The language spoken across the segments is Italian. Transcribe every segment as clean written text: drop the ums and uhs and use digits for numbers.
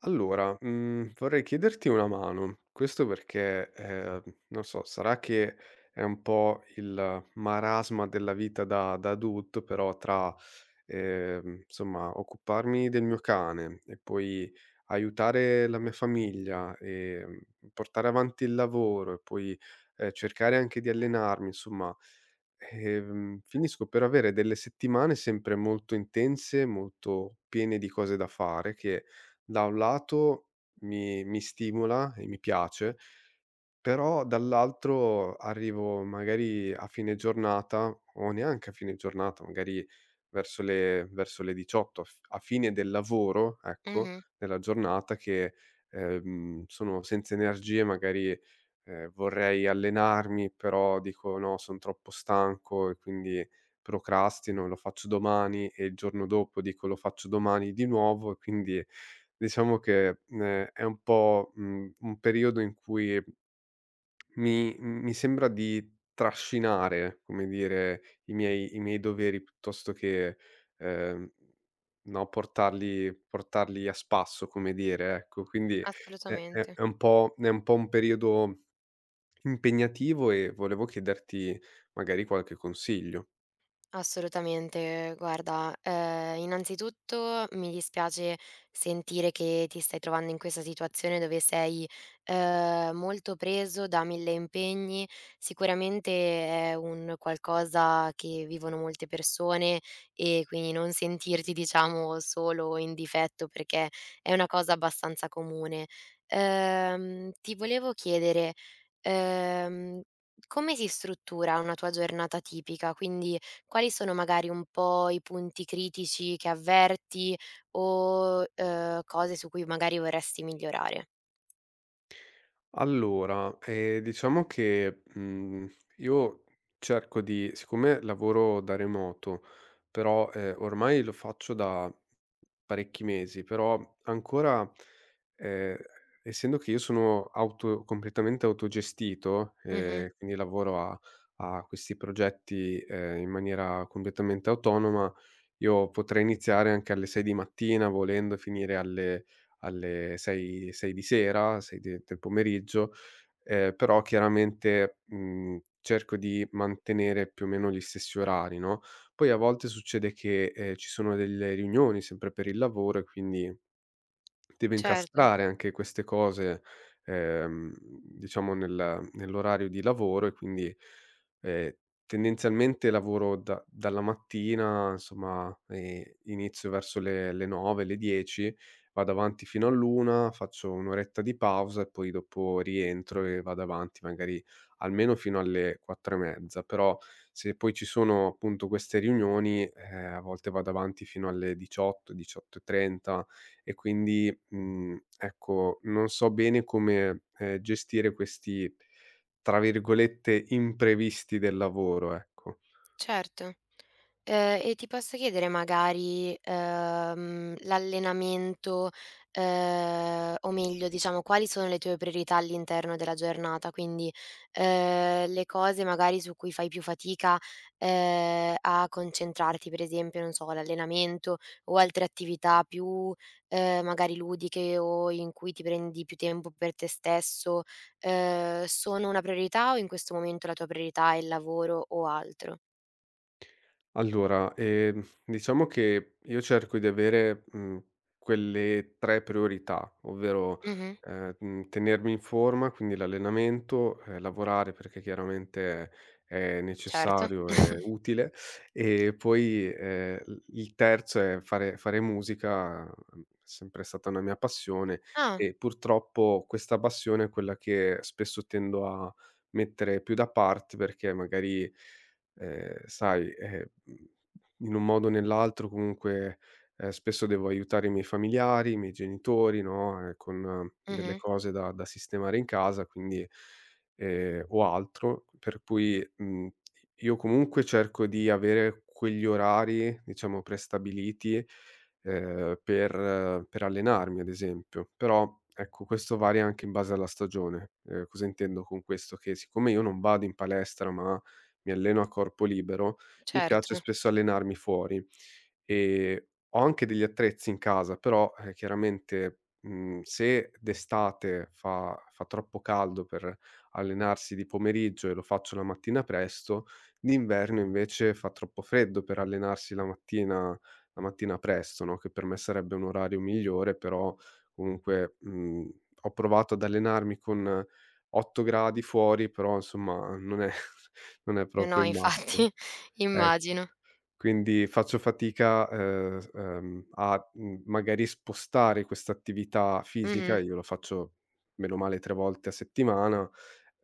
Allora, vorrei chiederti una mano. Questo perché, non so, sarà che è un po' il marasma della vita da adulto, però tra insomma occuparmi del mio cane e poi aiutare la mia famiglia e, portare avanti il lavoro e poi, cercare anche di allenarmi, insomma, finisco per avere delle settimane sempre molto intense, molto piene di cose da fare che da un lato mi stimola e mi piace, però dall'altro arrivo magari a fine giornata o neanche a fine giornata, magari verso le 18, a fine del lavoro, ecco, Mh-mh, della giornata che, sono senza energie, magari, vorrei allenarmi, però dico: "No, son troppo stanco", e quindi procrastino, lo faccio domani, e il giorno dopo dico: "Lo faccio domani di nuovo", e quindi diciamo che, è un po', un periodo in cui mi sembra di trascinare, come dire, i miei doveri piuttosto che, ehm, no, portarli a spasso, come dire, ecco. Quindi è è assolutamente. è un po' è un po' un periodo impegnativo, e volevo chiederti magari qualche consiglio. Assolutamente, guarda, innanzitutto mi dispiace sentire che ti stai trovando in questa situazione dove sei, molto preso da 1000 impegni. Sicuramente è un qualcosa che vivono molte persone e quindi non sentirti, diciamo, solo o in difetto perché è una cosa abbastanza comune. Ti volevo chiedere, ehm, come si struttura una tua giornata tipica? Quindi, quali sono magari un po' i punti critici che avverti o, cose su cui magari vorresti migliorare? Allora, diciamo che, io cerco di, siccome lavoro da remoto, però, ormai lo faccio da parecchi mesi, però ancora, ehm, essendo che io sono auto completamente autogestito, Mh-mh. Quindi lavoro a questi progetti, in maniera completamente autonoma, io potrei iniziare anche alle 6 di mattina volendo e finire alle 6, 6 di sera, 6 de del pomeriggio, però chiaramente, cerco di mantenere più o meno gli stessi orari, no. Poi a volte succede che, ci sono delle riunioni sempre per il lavoro, e quindi deve Certo, incastrare anche queste cose, diciamo nell'orario di lavoro, e quindi, ehm, tendenzialmente lavoro da dalla mattina, insomma, inizio verso le 9, le 10, vado avanti fino all'1, faccio 1 oretta di pausa e poi dopo rientro, e vado avanti magari almeno fino alle 4 e mezza. Però se poi ci sono appunto queste riunioni, a volte vado avanti fino alle 18, 18 e 30, e quindi ecco, non so bene come, gestire questi, tra virgolette, "imprevisti" del lavoro, ecco. certo. E ti posso chiedere magari, l'allenamento, o meglio diciamo quali sono le tue priorità all'interno della giornata? Quindi, le cose magari su cui fai più fatica, a concentrarti, per esempio, non so, l'allenamento o altre attività più, magari ludiche o in cui ti prendi più tempo per te stesso, sono una priorità o in questo momento la tua priorità è il lavoro o altro? Allora, diciamo che io cerco di avere, quelle 3 priorità, ovvero, Mh-mh, tenermi in forma, quindi l'allenamento, lavorare perché chiaramente è certo. necessario e utile, e poi, l il terzo è fare musica, è sempre stata una mia passione, Ah, e purtroppo questa passione è quella che spesso tendo a mettere più da parte, perché magari sai, in un modo o nell'altro comunque, spesso devo aiutare i miei familiari, i miei genitori, no, con delle mh-mh, cose da sistemare in casa, quindi o altro, per cui, io comunque cerco di avere quegli orari, diciamo, prestabiliti, per allenarmi, ad esempio. Però, ecco, questo varia anche in base alla stagione. Cosa intendo con questo? Che siccome io non vado in palestra, ma mi alleno a corpo libero, mi piace certo. spesso allenarmi fuori. Ehm, ho anche degli attrezzi in casa, però, chiaramente, se d'estate fa troppo caldo per allenarsi di pomeriggio, e lo faccio la mattina presto, d'inverno invece fa troppo freddo per allenarsi la mattina presto, no, che per me sarebbe un orario migliore, però comunque, ho provato ad allenarmi con 8 gradi fuori, però insomma non è non è Eh no, proprio il massimo. infatti Ec immagino. Quindi faccio fatica, s a, magari spostare questa attività fisica. Mh-mh. Io lo faccio, meno male, 3 volte a settimana,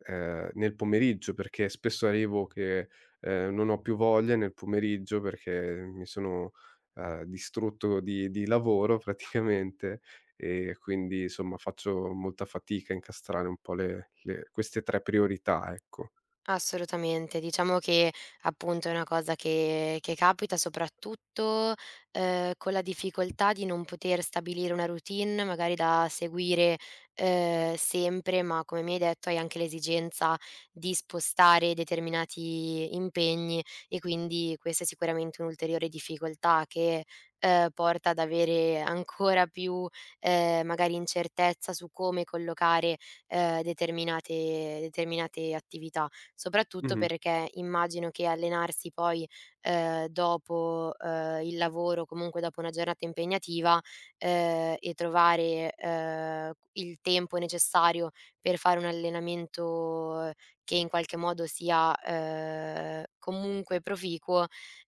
nel pomeriggio, perché spesso arrivo che, non ho più voglia nel pomeriggio, perché mi sono, distrutto di lavoro praticamente, e quindi insomma faccio molta fatica a incastrare un po' le queste 3 priorità, ecco. Assolutamente. Diciamo che appunto è una cosa che capita soprattutto, con la difficoltà di non poter stabilire una routine magari da seguire, sempre, ma come mi hai detto hai anche l'esigenza di spostare determinati impegni e quindi questa è sicuramente un'ulteriore difficoltà che, porta ad avere ancora più, magari incertezza su come collocare, determinate attività soprattutto Mh-mh. perché immagino che allenarsi poi, dopo, il lavoro, comunque dopo una giornata impegnativa, e trovare, il tempo necessario per fare un allenamento che in qualche modo sia, comunque proficuo,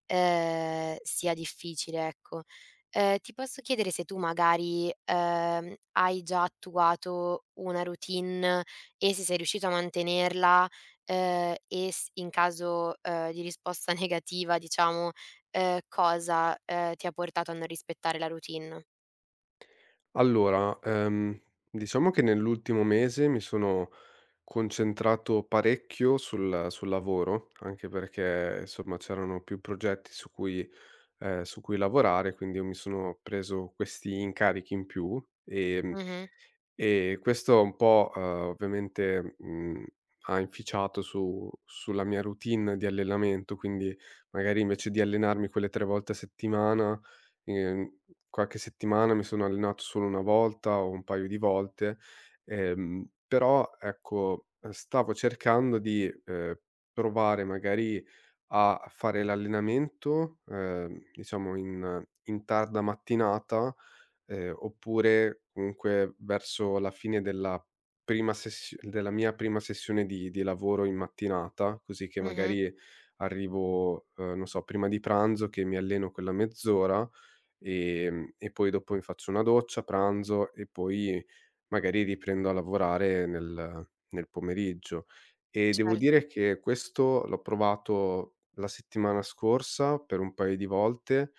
sia difficile, ecco. Ti posso chiedere se tu magari, hai già attuato una routine e se sei riuscito a mantenerla. E s In caso, di risposta negativa diciamo, cosa, ti ha portato a non rispettare la routine. Allora, diciamo che nell'ultimo mese mi sono concentrato parecchio sul lavoro, anche perché, insomma, c'erano più progetti su cui lavorare, quindi io mi sono preso questi incarichi in più, Mh-mh, e questo un po', ovviamente, ha inficiato su sulla mia routine di allenamento, quindi magari invece di allenarmi quelle 3 volte a settimana, ehm, qualche settimana mi sono allenato solo 1 volta o un paio di volte, però ecco, stavo cercando di, provare magari a fare l'allenamento, diciamo in tarda mattinata, oppure comunque verso la fine della prima sessio della mia prima sessione di lavoro in mattinata, così che mh-mh, magari arrivo, non so, prima di pranzo, che mi alleno quella mezz'ora. E poi dopo mi faccio una doccia, pranzo, e poi magari riprendo a lavorare nel pomeriggio. E devo certo. dire che questo l'ho provato la settimana scorsa per un paio di volte,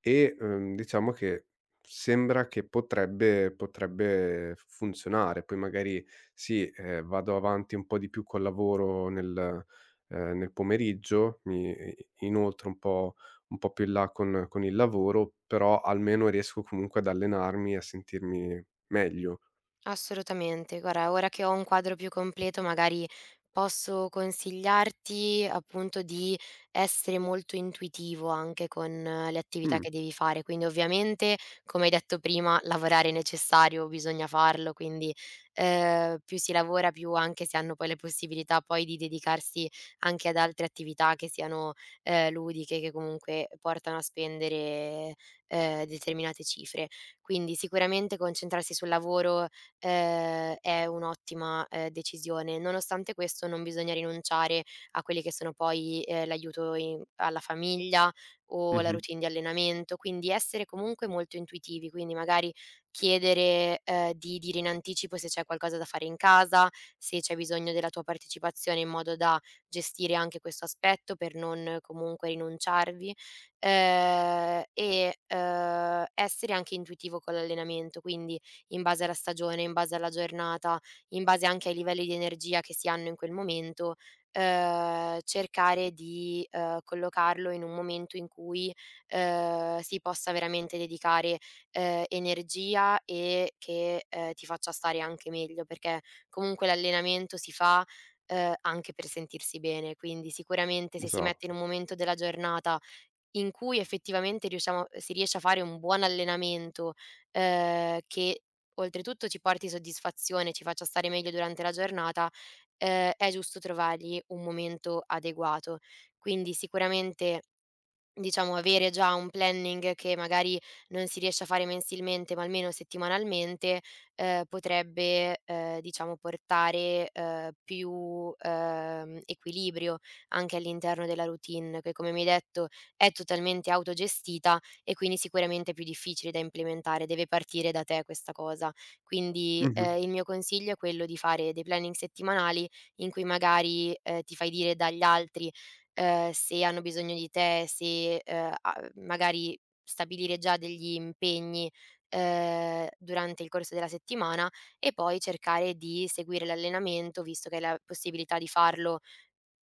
e, diciamo che sembra che potrebbe funzionare. Poi magari sì, vado avanti un po' di più col lavoro nel nel pomeriggio, mi i inoltro un po' più in là con il lavoro, però almeno riesco comunque ad allenarmi e a sentirmi meglio. Assolutamente. Guarda, ora che ho un quadro più completo, magari posso consigliarti appunto di essere molto intuitivo anche con le attività Mh, che devi fare. Quindi ovviamente, come hai detto prima, lavorare è necessario, bisogna farlo, quindi più si lavora, più anche si hanno poi le possibilità poi di dedicarsi anche ad altre attività che siano ludiche, che comunque portano a spendere determinate cifre. Quindi sicuramente concentrarsi sul lavoro, è un'ottima, decisione. Nonostante questo non bisogna rinunciare a quelli che sono poi, l'aiuto in alla famiglia o la mh-mh, routine di allenamento, quindi essere comunque molto intuitivi, quindi magari chiedere, di dire in anticipo se c'è qualcosa da fare in casa, se c'è bisogno della tua partecipazione in modo da gestire anche questo aspetto per non comunque rinunciarvi, e, essere anche intuitivo con l'allenamento, quindi in base alla stagione, in base alla giornata, in base anche ai livelli di energia che si hanno in quel momento, cercare di, collocarlo in un momento in cui, si possa veramente dedicare, energia e che, ti faccia stare anche meglio, perché comunque l'allenamento si fa, anche per sentirsi bene. Quindi sicuramente se si mette in esatto. un momento della giornata in cui effettivamente riusciamo si riesce a fare un buon allenamento, che oltretutto ci porti soddisfazione, ci faccia stare meglio durante la giornata, è giusto trovargli un momento adeguato. Quindi sicuramente diciamo avere già un planning che magari non si riesce a fare mensilmente, ma almeno settimanalmente, potrebbe, diciamo portare, più, equilibrio anche all'interno della routine che, come mi hai detto, è totalmente autogestita e quindi sicuramente è più difficile da implementare, deve partire da te questa cosa. Quindi, Mh-mh. Il mio consiglio è quello di fare dei planning settimanali in cui magari, ti fai dire dagli altri se hanno bisogno di te, se, a magari stabilire già degli impegni, durante il corso della settimana e poi cercare di seguire l'allenamento, visto che hai la possibilità di farlo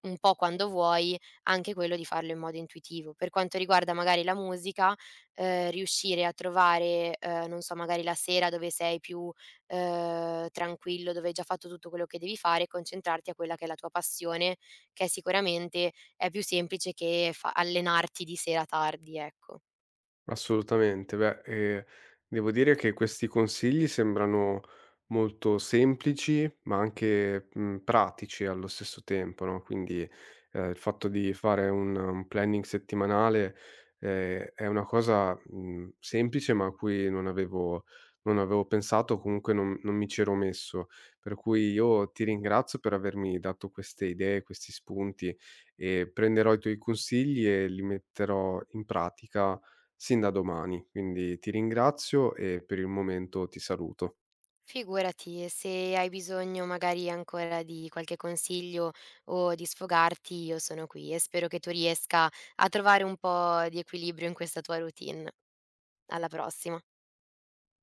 un po' quando vuoi, anche quello di farlo in modo intuitivo. Per quanto riguarda magari la musica, riuscire a trovare, non so, magari la sera dove sei più, tranquillo, dove hai già fatto tutto quello che devi fare, concentrarti a quella che è la tua passione, che sicuramente è più semplice che fa allenarti di sera tardi, ecco. Assolutamente. Beh, devo dire che questi consigli sembrano molto semplici, ma anche, pratici allo stesso tempo, no, quindi, il fatto di fare un planning settimanale, è una cosa, semplice, ma a cui non avevo pensato, o comunque non mi c'ero messo. Per cui io ti ringrazio per avermi dato queste idee, questi spunti, e prenderò i tuoi consigli e li metterò in pratica sin da domani. Quindi ti ringrazio e per il momento ti saluto. Figurati, e se hai bisogno magari ancora di qualche consiglio o di sfogarti, io sono qui e spero che tu riesca a trovare un po' di equilibrio in questa tua routine. Alla prossima.